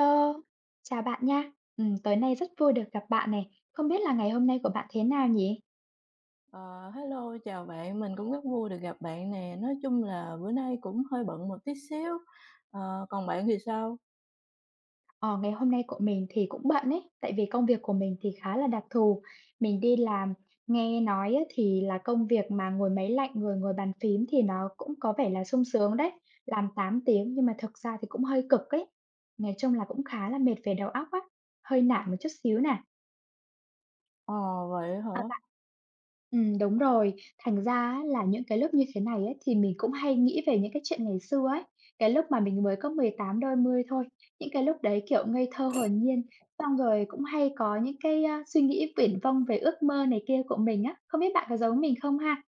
Hello, chào bạn nha. Tối nay rất vui được gặp bạn này. Không biết là ngày hôm nay của bạn thế nào nhỉ? Ờ, hello, chào bạn, mình cũng rất vui được gặp bạn nè. Nói chung là bữa nay cũng hơi bận một tí xíu. Còn bạn thì sao? Ờ, Ngày hôm nay của mình thì cũng bận ấy, tại vì công việc của mình thì khá là đặc thù. Mình đi làm, nghe nói á thì là công việc mà ngồi máy lạnh, ngồi ngồi bàn phím thì nó cũng có vẻ là sung sướng đấy, làm 8 tiếng nhưng mà thực ra thì cũng hơi cực ấy. Nói chung là cũng khá là mệt về đầu óc á, hơi nản một chút xíu nè. Ờ, vậy hả? À, bạn đúng rồi. Thành ra á là những cái lúc như thế này ấy, thì mình cũng hay nghĩ về những cái chuyện ngày xưa ấy, cái lúc mà mình mới có 18 đôi mươi thôi. Những cái lúc đấy, kiểu, ngây thơ hồn nhiên, xong rồi cũng hay có những cái, suy nghĩ viển vông về ước mơ này kia của mình á. Không biết bạn có giống mình không ha?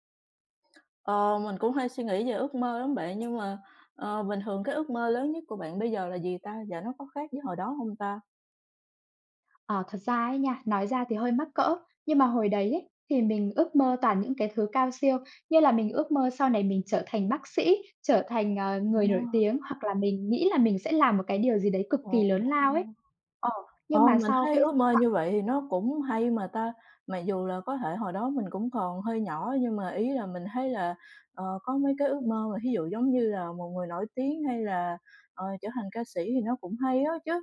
Ờ, mình cũng hay suy nghĩ về ước mơ lắm bạn, nhưng mà bình thường cái ước mơ lớn nhất của bạn bây giờ là gì ta? Và nó có khác với hồi đó không ta? Ờ, Thật ra ấy nha, nói ra thì hơi mắc cỡ, nhưng mà hồi đấy ấy, thì mình ước mơ toàn những cái thứ cao siêu, như là mình ước mơ sau này mình trở thành bác sĩ, trở thành, Ờ, người nổi tiếng, hoặc là mình nghĩ là mình sẽ làm một cái điều gì đấy cực ồ. kỳ lớn lao ấy. Ờ, Ờ, nhưng mà mình sau thấy cái ước mơ như vậy thì nó cũng hay mà ta. Mặc dù là có thể hồi đó mình cũng còn hơi nhỏ nhưng mà ý là mình thấy là, có mấy cái ước mơ mà ví dụ giống như là một người nổi tiếng hay là, trở thành ca sĩ thì nó cũng hay đó chứ.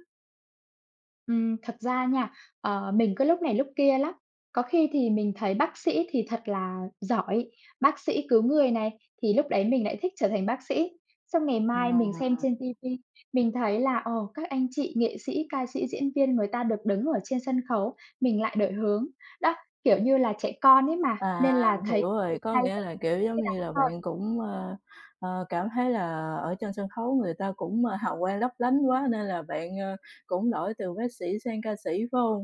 Thật ra nha, mình cứ lúc này lúc kia lắm. Có khi thì mình thấy bác sĩ thì thật là giỏi, bác sĩ cứu người này, thì lúc đấy mình lại thích trở thành bác sĩ. Xong ngày mai mình xem Ờ. trên ti vi, mình thấy là, các anh chị nghệ sĩ, ca sĩ, diễn viên người ta được đứng ở trên sân khấu, mình lại đổi hướng. Đó, kiểu như là, trẻ con ấy mà, À, nên là thấy hiểu cái gì rồi, có hay nghĩa là là, kiểu, giống cái đó như là, thôi. bạn cũng, cảm thấy là ở trên sân khấu người ta cũng, hào quang lấp lánh quá nên là bạn, cũng đổi từ bác sĩ sang ca sĩ, phải không?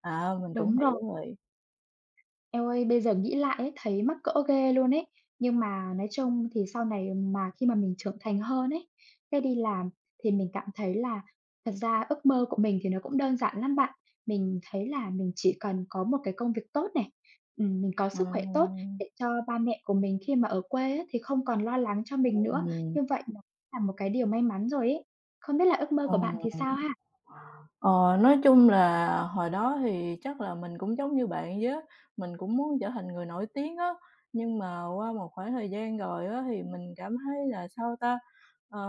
À, mình cũng Đúng rồi. hiểu rồi. Eo ơi, bây giờ nghĩ lại ấy, thấy mắc cỡ ghê luôn ấy. Nhưng mà nói chung thì sau này mà khi mà mình trưởng thành hơn ấy, cái đi làm thì mình cảm thấy là thật ra ước mơ của mình thì nó cũng đơn giản lắm bạn. Mình thấy là mình chỉ cần có một cái công việc tốt này, mình có sức khỏe tốt Ừm. để cho ba mẹ của mình khi mà ở quê á, thì không còn lo lắng cho mình nữa. Ừm, Như vậy nó là một cái điều may mắn rồi ấy. Không biết là ước mơ ờ, của bạn thì sao ha? ờ, nói chung là hồi đó thì chắc là mình cũng giống như bạn vậy á, mình cũng muốn trở thành người nổi tiếng á, nhưng mà qua một khoảng thời gian rồi á thì mình cảm thấy là, sao ta, ờ,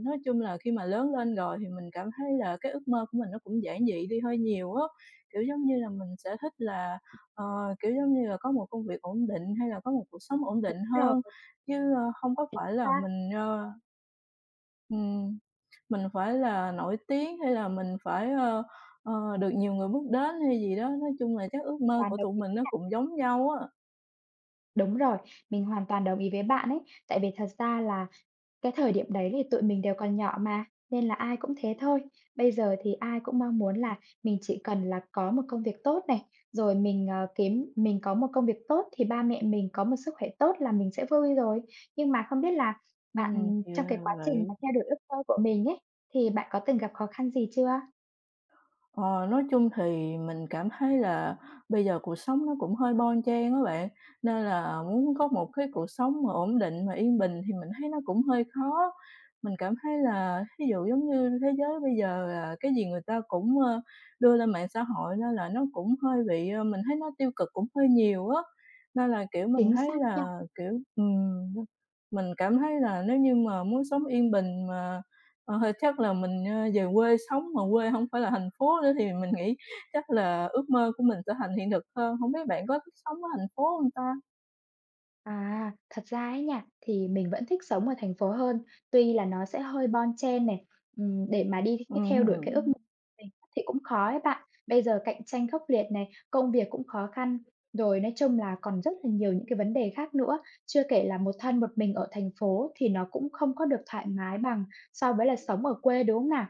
nói chung là khi mà lớn lên rồi thì mình cảm thấy là cái ước mơ của mình nó cũng giản dị đi hơi nhiều á. Kiểu, giống như là, mình sẽ thích là, kiểu, giống như là, có một công việc ổn định hay là có một cuộc sống ổn định Rồi, hơn, chứ, hông có chúng phải là ta hoàn mình, ờ. Ừm, mình phải là nổi tiếng hay là mình phải, được nhiều người biết đến hay gì đó, nói chung là chắc ước mơ toàn của đồng tụi ý. mình nó cũng giống nhau á. Đúng rồi, mình hoàn toàn đồng ý với bạn ấy, tại vì thật ra là cái thời điểm đấy thì tụi mình đều còn nhỏ mà, nên là ai cũng thế thôi. Bây giờ thì ai cũng mong muốn là mình chỉ cần là có một công việc tốt này, rồi mình kiếm mình có một công việc tốt thì ba mẹ mình có một sức khỏe tốt là mình sẽ vui rồi. Nhưng mà không biết là bạn Thì ra trong cái quá là trình mà vậy. theo đuổi ước mơ của mình ấy, thì bạn có từng gặp khó khăn gì chưa? Ờ, nói chung thì mình cảm thấy là bây giờ cuộc sống nó cũng hơi bon chen á bạn, nên là muốn có một cái cuộc sống mà ổn định, mà yên bình thì mình thấy nó cũng hơi khó. Mình cảm thấy là ví dụ giống như thế giới bây giờ là cái gì người ta cũng, đưa lên mạng xã hội nên là nó cũng hơi bị, mình thấy nó tiêu cực cũng hơi nhiều á. Nên là, kiểu, mình Chính thấy xác nha. là, kiểu, mình cảm thấy là nếu như mà muốn sống yên bình mà Ờ, thì chắc là mình, về quê sống mà quê không phải là thành phố nữa thì mình nghĩ chắc là ước mơ của mình sẽ thành hiện thực hơn, không biết bạn có thích sống ở thành phố không ta? À, thật ra ấy nha, thì mình vẫn thích sống ở thành phố hơn, tuy là nó sẽ hơi bon chen này, để mà đi cái theo đuổi cái ước mơ Ừm. của mình thì cũng khó ấy bạn. Bây giờ cạnh tranh khốc liệt này, công việc cũng khó khăn, rồi nói chung là còn rất là nhiều những cái vấn đề khác nữa, chưa kể là một thân một mình ở thành phố thì nó cũng không có được thoải mái bằng so với là sống ở quê, đúng không nào?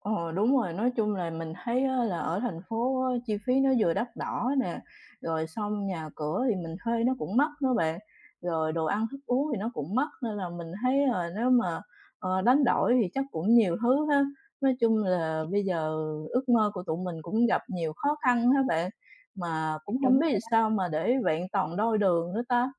Ờ, đúng rồi, nói chung là mình thấy á là ở thành phố á, chi phí nó vừa đắt đỏ nè, rồi xong nhà cửa thì mình thuê nó cũng mắc đó bạn, rồi đồ ăn thức uống thì nó cũng mắc, nên là mình thấy là nếu mà, đánh đổi thì chắc cũng nhiều thứ ha. Nói chung là bây giờ ước mơ của tụi mình cũng gặp nhiều khó khăn ha bạn, mà cũng không Đúng. biết làm sao mà để vẹn toàn đôi đường nữa ta?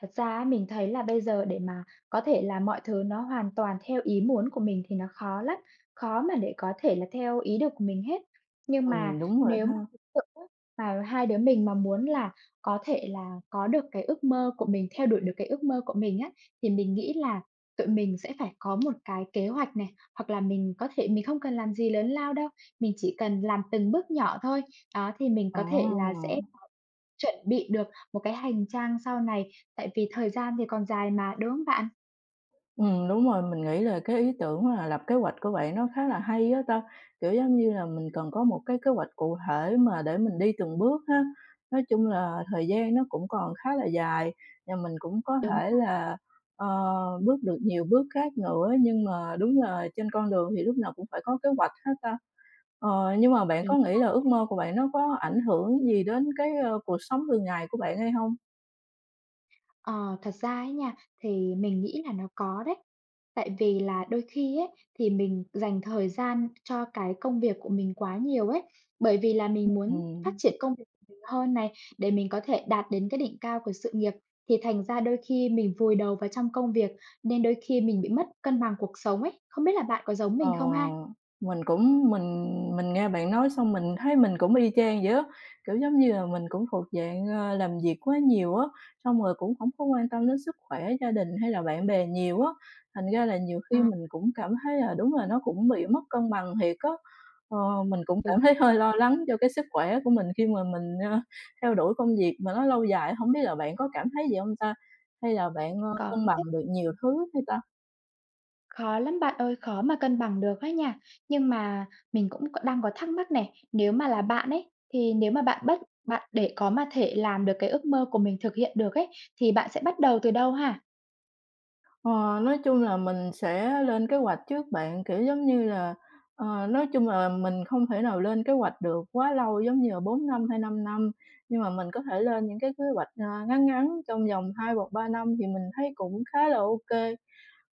Thật ra á, mình thấy là bây giờ để mà có thể là mọi thứ nó hoàn toàn theo ý muốn của mình thì nó khó lắm, khó mà để có thể là theo ý được của mình hết. Nhưng mà Đúng rồi nếu ha. mà thực sự á, mà hai đứa mình mà muốn là có thể là có được cái ước mơ của mình, theo đuổi được cái ước mơ của mình á, thì mình nghĩ là tụi mình sẽ phải có một cái kế hoạch này, hoặc là mình có thể mình không cần làm gì lớn lao đâu, mình chỉ cần làm từng bước nhỏ thôi. Đó, thì mình Ờ. có thể là sẽ chuẩn bị được một cái hành trang sau này, tại vì thời gian thì còn dài mà, đúng hông bạn? Đúng rồi, mình nghĩ là cái ý tưởng là lập kế hoạch của bạn nó khá là hay á ta, kiểu, giống như là, mình cần có một cái kế hoạch cụ thể mà để mình đi từng bước ha. Nói chung là thời gian nó cũng còn khá là dài và mình cũng có Đúng thể là là, ờ, bước được nhiều bước khác nữa, nhưng mà đúng là trên con đường thì lúc nào cũng phải có kế hoạch ha ta. Nhưng mà bạn mình có nghĩ là ước mơ của bạn nó có ảnh hưởng gì đến cái, cuộc sống thường ngày của bạn hay không? ờ, thật ra ấy nha, thì mình nghĩ là nó có đấy. Tại vì là đôi khi ấy, thì mình dành thời gian cho cái công việc của mình quá nhiều ấy, bởi vì là mình muốn phát Ừm. triển công việc của mình hơn này, để mình có thể đạt đến cái đỉnh cao của sự nghiệp, thì thành ra đôi khi mình vùi đầu vào trong công việc, nên đôi khi mình bị mất cân bằng cuộc sống ấy. Không biết là bạn có giống Ờ, mình không ha? mình cũng Mình nghe bạn nói xong mình thấy mình cũng y chang vậy á, kiểu, giống như là mình cũng thuộc dạng, làm việc quá nhiều á, xong rồi cũng không có quan tâm đến sức khỏe, gia đình hay là bạn bè nhiều á, thành ra là nhiều Ờ, khi mình cũng cảm thấy là đúng là nó cũng bị mất cân bằng thiệt á. Ờ, mình cũng đúng. cảm thấy hơi lo lắng cho cái sức khỏe của mình khi mà mình, theo đuổi công việc mà nó lâu dài, không biết là bạn có cảm thấy gì không ta? Hay là bạn, Có cân bằng chứ. được nhiều thứ hay ta? Khó lắm bạn ơi, khó mà cân bằng được ấy nha. Nhưng mà mình cũng có đang có thắc mắc này, nếu mà là bạn ấy, thì nếu mà bạn để có mà thể làm được cái ước mơ của mình thực hiện được ấy, thì bạn sẽ bắt đầu từ đâu ha? Ờ, nói chung là mình sẽ lên kế hoạch trước bạn, kiểu, giống như là, nói chung là mình không thể nào lên kế hoạch được quá lâu giống như là 4 năm hay 5 năm, nhưng mà mình có thể lên những cái kế hoạch, ngắn ngắn trong vòng 2 hoặc 3 năm thì mình thấy cũng khá là ok.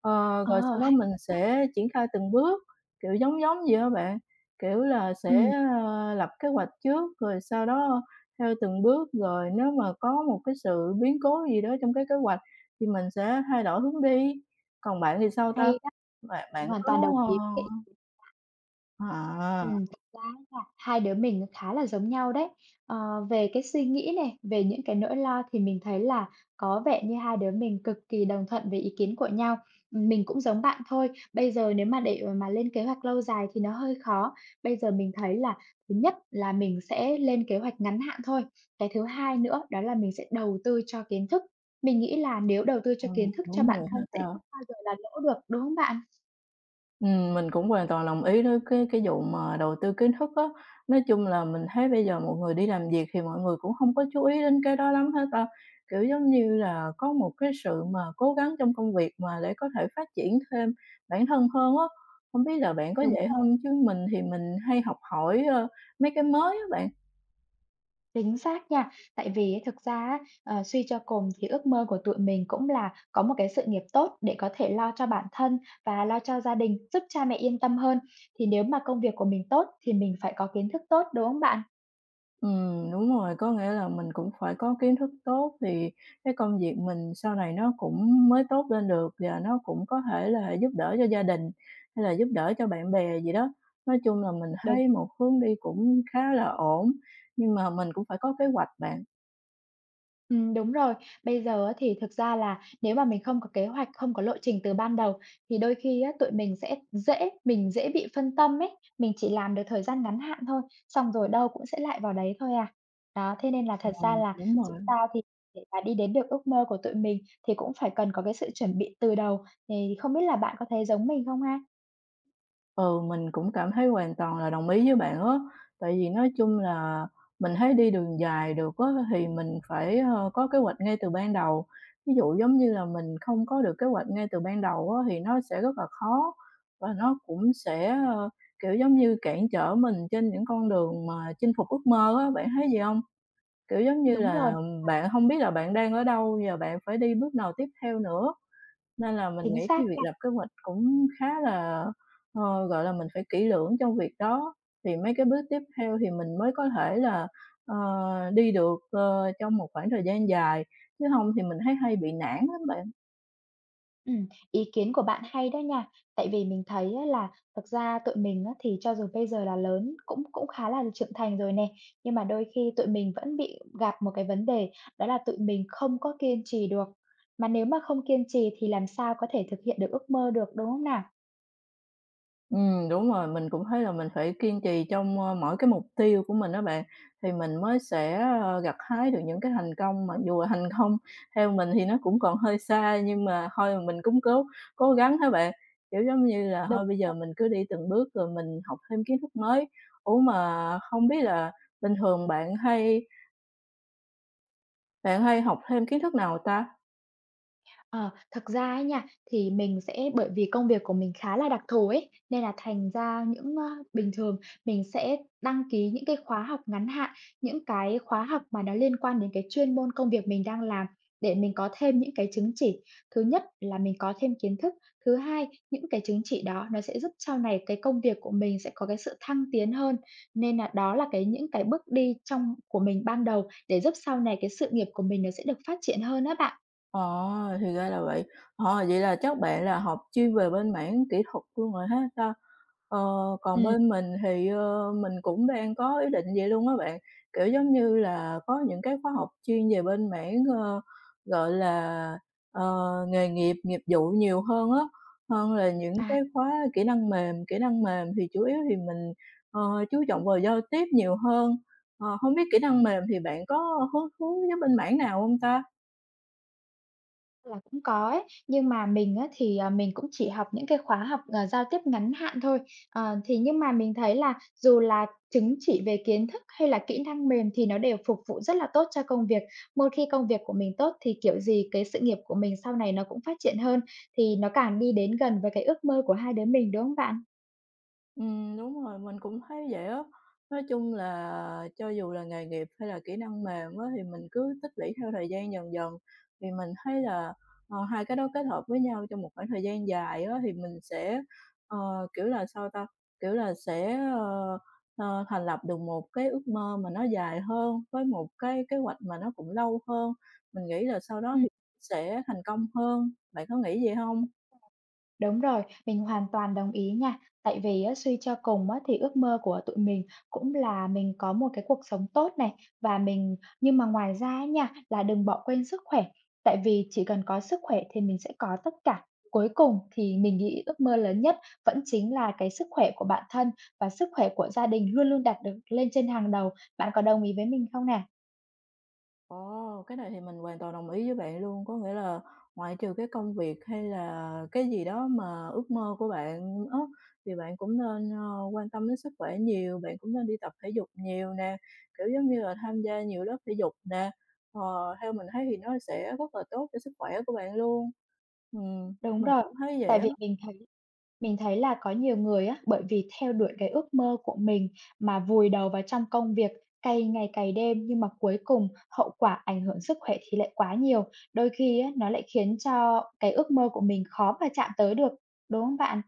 Ờ, Ờ, rồi sau đó hay mình sẽ triển khai từng bước, kiểu, giống giống vậy á bạn, kiểu là, sẽ, ừm, lập kế hoạch trước, rồi sau đó theo từng bước, rồi nếu mà có một cái sự biến cố gì đó trong cái kế hoạch thì mình sẽ thay đổi hướng đi. Còn bạn thì sao ta? hay đó, Bạn mình bạn hoàn có toàn đồng ý. ờ, à, Ừm, là là hai đứa mình khá là giống nhau đấy. Ờ, về cái suy nghĩ này, về những cái nỗi lo thì mình thấy là có vẻ như hai đứa mình cực kỳ đồng thuận về ý kiến của nhau. Mình cũng giống bạn thôi, bây giờ nếu mà để mà lên kế hoạch lâu dài thì nó hơi khó. Bây giờ mình thấy là thứ nhất là mình sẽ lên kế hoạch ngắn hạn thôi, cái thứ hai nữa đó là mình sẽ đầu tư cho kiến thức. Mình nghĩ là nếu đầu tư cho ừ, kiến thức cho đúng bản rồi ha thân sẽ ta. không bao giờ là lỗ được, đúng không bạn? Mình cũng hoàn toàn đồng ý với cái vụ mà đầu tư kiến thức á. Nói chung là mình thấy bây giờ mọi người đi làm việc thì mọi người cũng không có chú ý đến cái đó lắm hết đâu. Kiểu, giống như là, có một cái sự mà cố gắng trong công việc mà để có thể phát triển thêm bản thân hơn á. Không biết là bạn có Đúng. vậy không? Chứ mình thì mình hay học hỏi, mấy cái mới á bạn. Chính xác nha. Tại vì ấy thực ra á, suy cho cùng thì ước mơ của tụi mình cũng là có một cái sự nghiệp tốt để có thể lo cho bản thân và lo cho gia đình, giúp cha mẹ yên tâm hơn. Thì nếu mà công việc của mình tốt thì mình phải có kiến thức tốt, đúng không bạn? Đúng rồi, có nghĩa là mình cũng phải có kiến thức tốt thì cái công việc mình sau này nó cũng mới tốt lên được và nó cũng có thể là giúp đỡ cho gia đình hay là giúp đỡ cho bạn bè gì đó. Nói chung là mình Đúng. thấy một hướng đi cũng khá là ổn, nhưng mà mình cũng phải có kế hoạch bạn. Đúng rồi. Bây giờ á thì thực ra là nếu mà mình không có kế hoạch, không có lộ trình từ ban đầu thì đôi khi á, tụi mình sẽ dễ mình dễ bị phân tâm ấy, mình chỉ làm được thời gian ngắn hạn thôi, xong rồi đâu cũng sẽ lại vào đấy thôi à. Đó, thế nên là thật ra là Đúng chúng rồi. ta thì để mà đi đến được ước mơ của tụi mình thì cũng phải cần có cái sự chuẩn bị từ đầu, thì không biết là bạn có thấy giống mình không ha? Ừ, mình cũng cảm thấy hoàn toàn là đồng ý với bạn á. Tại vì nói chung là mình thấy đi đường dài được á, thì mình phải, có kế hoạch ngay từ ban đầu. Ví dụ giống như là mình không có được kế hoạch ngay từ ban đầu á, thì nó sẽ rất là khó và nó cũng sẽ, kiểu, giống như, cản trở mình trên những con đường mà chinh phục ước mơ á, bạn thấy gì không? Kiểu, giống như Đúng rồi, là, bạn không biết là bạn đang ở đâu và bạn phải đi bước nào tiếp theo nữa. Nên là mình chính nghĩ xác cái việc nha. lập kế hoạch cũng khá là, gọi là, mình phải kỹ lưỡng trong việc đó, thì mấy cái bước tiếp theo thì mình mới có thể là, ờ, đi được, trong một khoảng thời gian dài, chứ hông thì mình thấy hay bị nản lắm bạn. Ý kiến của bạn hay đó nha. Tại vì mình thấy á là thực ra tụi mình á thì cho dù bây giờ là lớn, cũng cũng khá là trưởng thành rồi nè, nhưng mà đôi khi tụi mình vẫn bị gặp một cái vấn đề đó là tụi mình không có kiên trì được. Mà nếu mà không kiên trì thì làm sao có thể thực hiện được ước mơ được, đúng không nào? Đúng rồi, mình cũng thấy là mình phải kiên trì trong, mỗi cái mục tiêu của mình đó bạn, thì mình mới sẽ, gặt hái được những cái thành công, mặc dù là thành công theo mình thì nó cũng còn hơi xa, nhưng mà thôi mà mình cũng cố cố gắng há bạn. Kiểu, giống như là, thôi bây giờ mình cứ đi từng bước rồi mình học thêm kiến thức mới. Ủa, mà không biết là bình thường bạn hay học thêm kiến thức nào ta? Ờ, thật ra ấy nha, thì mình sẽ bởi vì công việc của mình khá là đặc thù ấy, nên là thành ra những, bình thường mình sẽ đăng ký những cái khóa học ngắn hạn, những cái khóa học mà nó liên quan đến cái chuyên môn công việc mình đang làm để mình có thêm những cái chứng chỉ. Thứ nhất là mình có thêm kiến thức, thứ hai, những cái chứng chỉ đó nó sẽ giúp sau này cái công việc của mình sẽ có cái sự thăng tiến hơn. Nên là đó là cái những cái bước đi trong của mình ban đầu để giúp sau này cái sự nghiệp của mình nó sẽ được phát triển hơn đó bạn. Ờ, thì ra là vậy. Ờ, vậy là chắc bạn là học chuyên về bên mảng kỹ thuật luôn rồi ha ta? Ờ, Còn Ừm. bên mình thì, mình cũng đang có ý định vậy luôn á bạn, kiểu, giống như là có những cái khóa học chuyên về bên mảng, gọi là, ờ, nghề nghiệp, nghiệp vụ nhiều hơn á, hơn là những À. cái khóa kỹ năng mềm. Kỹ năng mềm thì chủ yếu thì mình, ờ, chú trọng vào giao tiếp nhiều hơn. Hông biết kỹ năng mềm thì bạn có hứng thú với bên mảng nào không ta? Là cũng có ấy, nhưng mà mình á thì, à, mình cũng chỉ học những cái khóa học, giao tiếp ngắn hạn thôi. Thì nhưng mà mình thấy là dù là chứng chỉ về kiến thức hay là kỹ năng mềm thì nó đều phục vụ rất là tốt cho công việc. Một khi công việc của mình tốt thì kiểu gì cái sự nghiệp của mình sau này nó cũng phát triển hơn, thì nó càng đi đến gần với cái ước mơ của hai đứa mình, đúng không bạn? Đúng rồi, mình cũng thấy vậy á. Nói chung là cho dù là nghề nghiệp hay là kỹ năng mềm á, thì mình cứ tích lũy theo thời gian dần dần, thì mình thấy là, hai cái đó kết hợp với nhau trong một khoảng thời gian dài á, thì mình sẽ, ờ, kiểu là, sao ta, kiểu là, sẽ, thành lập được một cái ước mơ mà nó dài hơn, với một cái kế hoạch mà nó cũng lâu hơn. Mình nghĩ là sau đó Ừm. thì sẽ thành công hơn. Bạn có nghĩ vậy không? Đúng rồi, mình hoàn toàn đồng ý nha. Tại vì á, suy cho cùng á, thì ước mơ của tụi mình cũng là mình có một cái cuộc sống tốt này và mình nhưng mà ngoài ra á nha, là đừng bỏ quên sức khỏe. Tại vì chỉ cần có sức khỏe thì mình sẽ có tất cả. Cuối cùng thì mình nghĩ ước mơ lớn nhất vẫn chính là cái sức khỏe của bản thân và sức khỏe của gia đình luôn luôn đặt được lên trên hàng đầu. Bạn có đồng ý với mình không nè? Ồ, cái này thì mình hoàn toàn đồng ý với bạn luôn. Có nghĩa là ngoại trừ cái công việc hay là cái gì đó mà ước mơ của bạn á, thì bạn cũng nên, quan tâm đến sức khỏe nhiều, bạn cũng nên đi tập thể dục nhiều nè, kiểu, giống như là, tham gia nhiều lớp thể dục nè. Ờ, theo mình thấy thì nó sẽ rất là tốt cho sức khỏe của bạn luôn. Đúng Mình rồi, cũng thấy vậy tại á. vì mình thấy mình thấy là có nhiều người á, bởi vì theo đuổi cái ước mơ của mình mà vùi đầu vào trong công việc cày ngày cày đêm, nhưng mà cuối cùng hậu quả ảnh hưởng sức khỏe thì lại quá nhiều. Đôi khi á, nó lại khiến cho cái ước mơ của mình khó mà chạm tới được, đúng không bạn?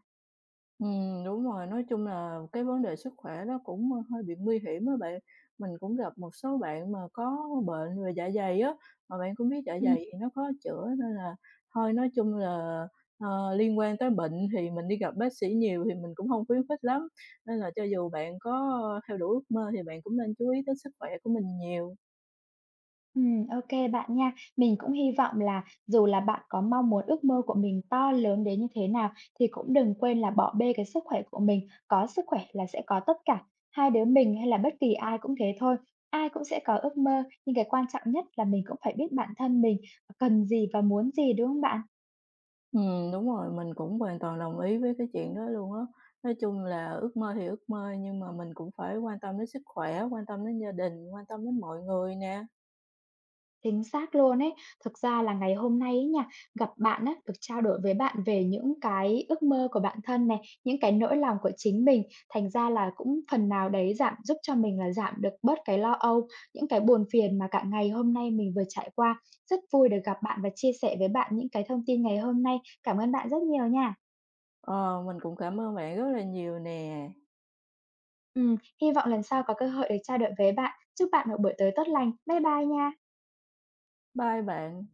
Đúng rồi, nói chung là cái vấn đề sức khỏe nó cũng hơi bị nguy hiểm á bạn. Mình cũng gặp một số bạn mà có bệnh về dạ dày á, mà bạn cũng biết dạ dày thì nó khó chữa nên là thôi nói chung là, liên quan tới bệnh thì mình đi gặp bác sĩ nhiều thì mình cũng không khuyến khích lắm. Nên là cho dù bạn có theo đuổi ước mơ thì bạn cũng nên chú ý tới sức khỏe của mình nhiều. Ô bạn nha. Mình cũng hy vọng là dù là bạn có mong muốn ước mơ của mình to lớn đến như thế nào thì cũng đừng quên là bỏ bê cái sức khỏe của mình, có sức khỏe là sẽ có tất cả. Hai đứa mình hay là bất kỳ ai cũng thế thôi, ai cũng sẽ có ước mơ, nhưng cái quan trọng nhất là mình cũng phải biết bản thân mình cần gì và muốn gì, đúng không bạn? Đúng rồi, mình cũng hoàn toàn đồng ý với cái chuyện đó luôn á. Nói chung là ước mơ thì ước mơ nhưng mà mình cũng phải quan tâm đến sức khỏe, quan tâm đến gia đình, quan tâm đến mọi người nè. Chính xác luôn ấy. Thực ra là ngày hôm nay ấy nha, gặp bạn á, được trao đổi với bạn về những cái ước mơ của bản thân này, những cái nỗi lòng của chính mình, thành ra là cũng phần nào đấy giúp cho mình là giảm được bớt cái lo âu, những cái buồn phiền mà cả ngày hôm nay mình vừa trải qua. Rất vui được gặp bạn và chia sẻ với bạn những cái thông tin ngày hôm nay. Cảm ơn bạn rất nhiều nha. Ờ, mình cũng cảm ơn bạn rất là nhiều nè. Ừm, hy vọng lần sau có cơ hội được trao đổi với bạn. Chúc bạn một buổi tối tốt lành. Bye bye nha. Bye bạn.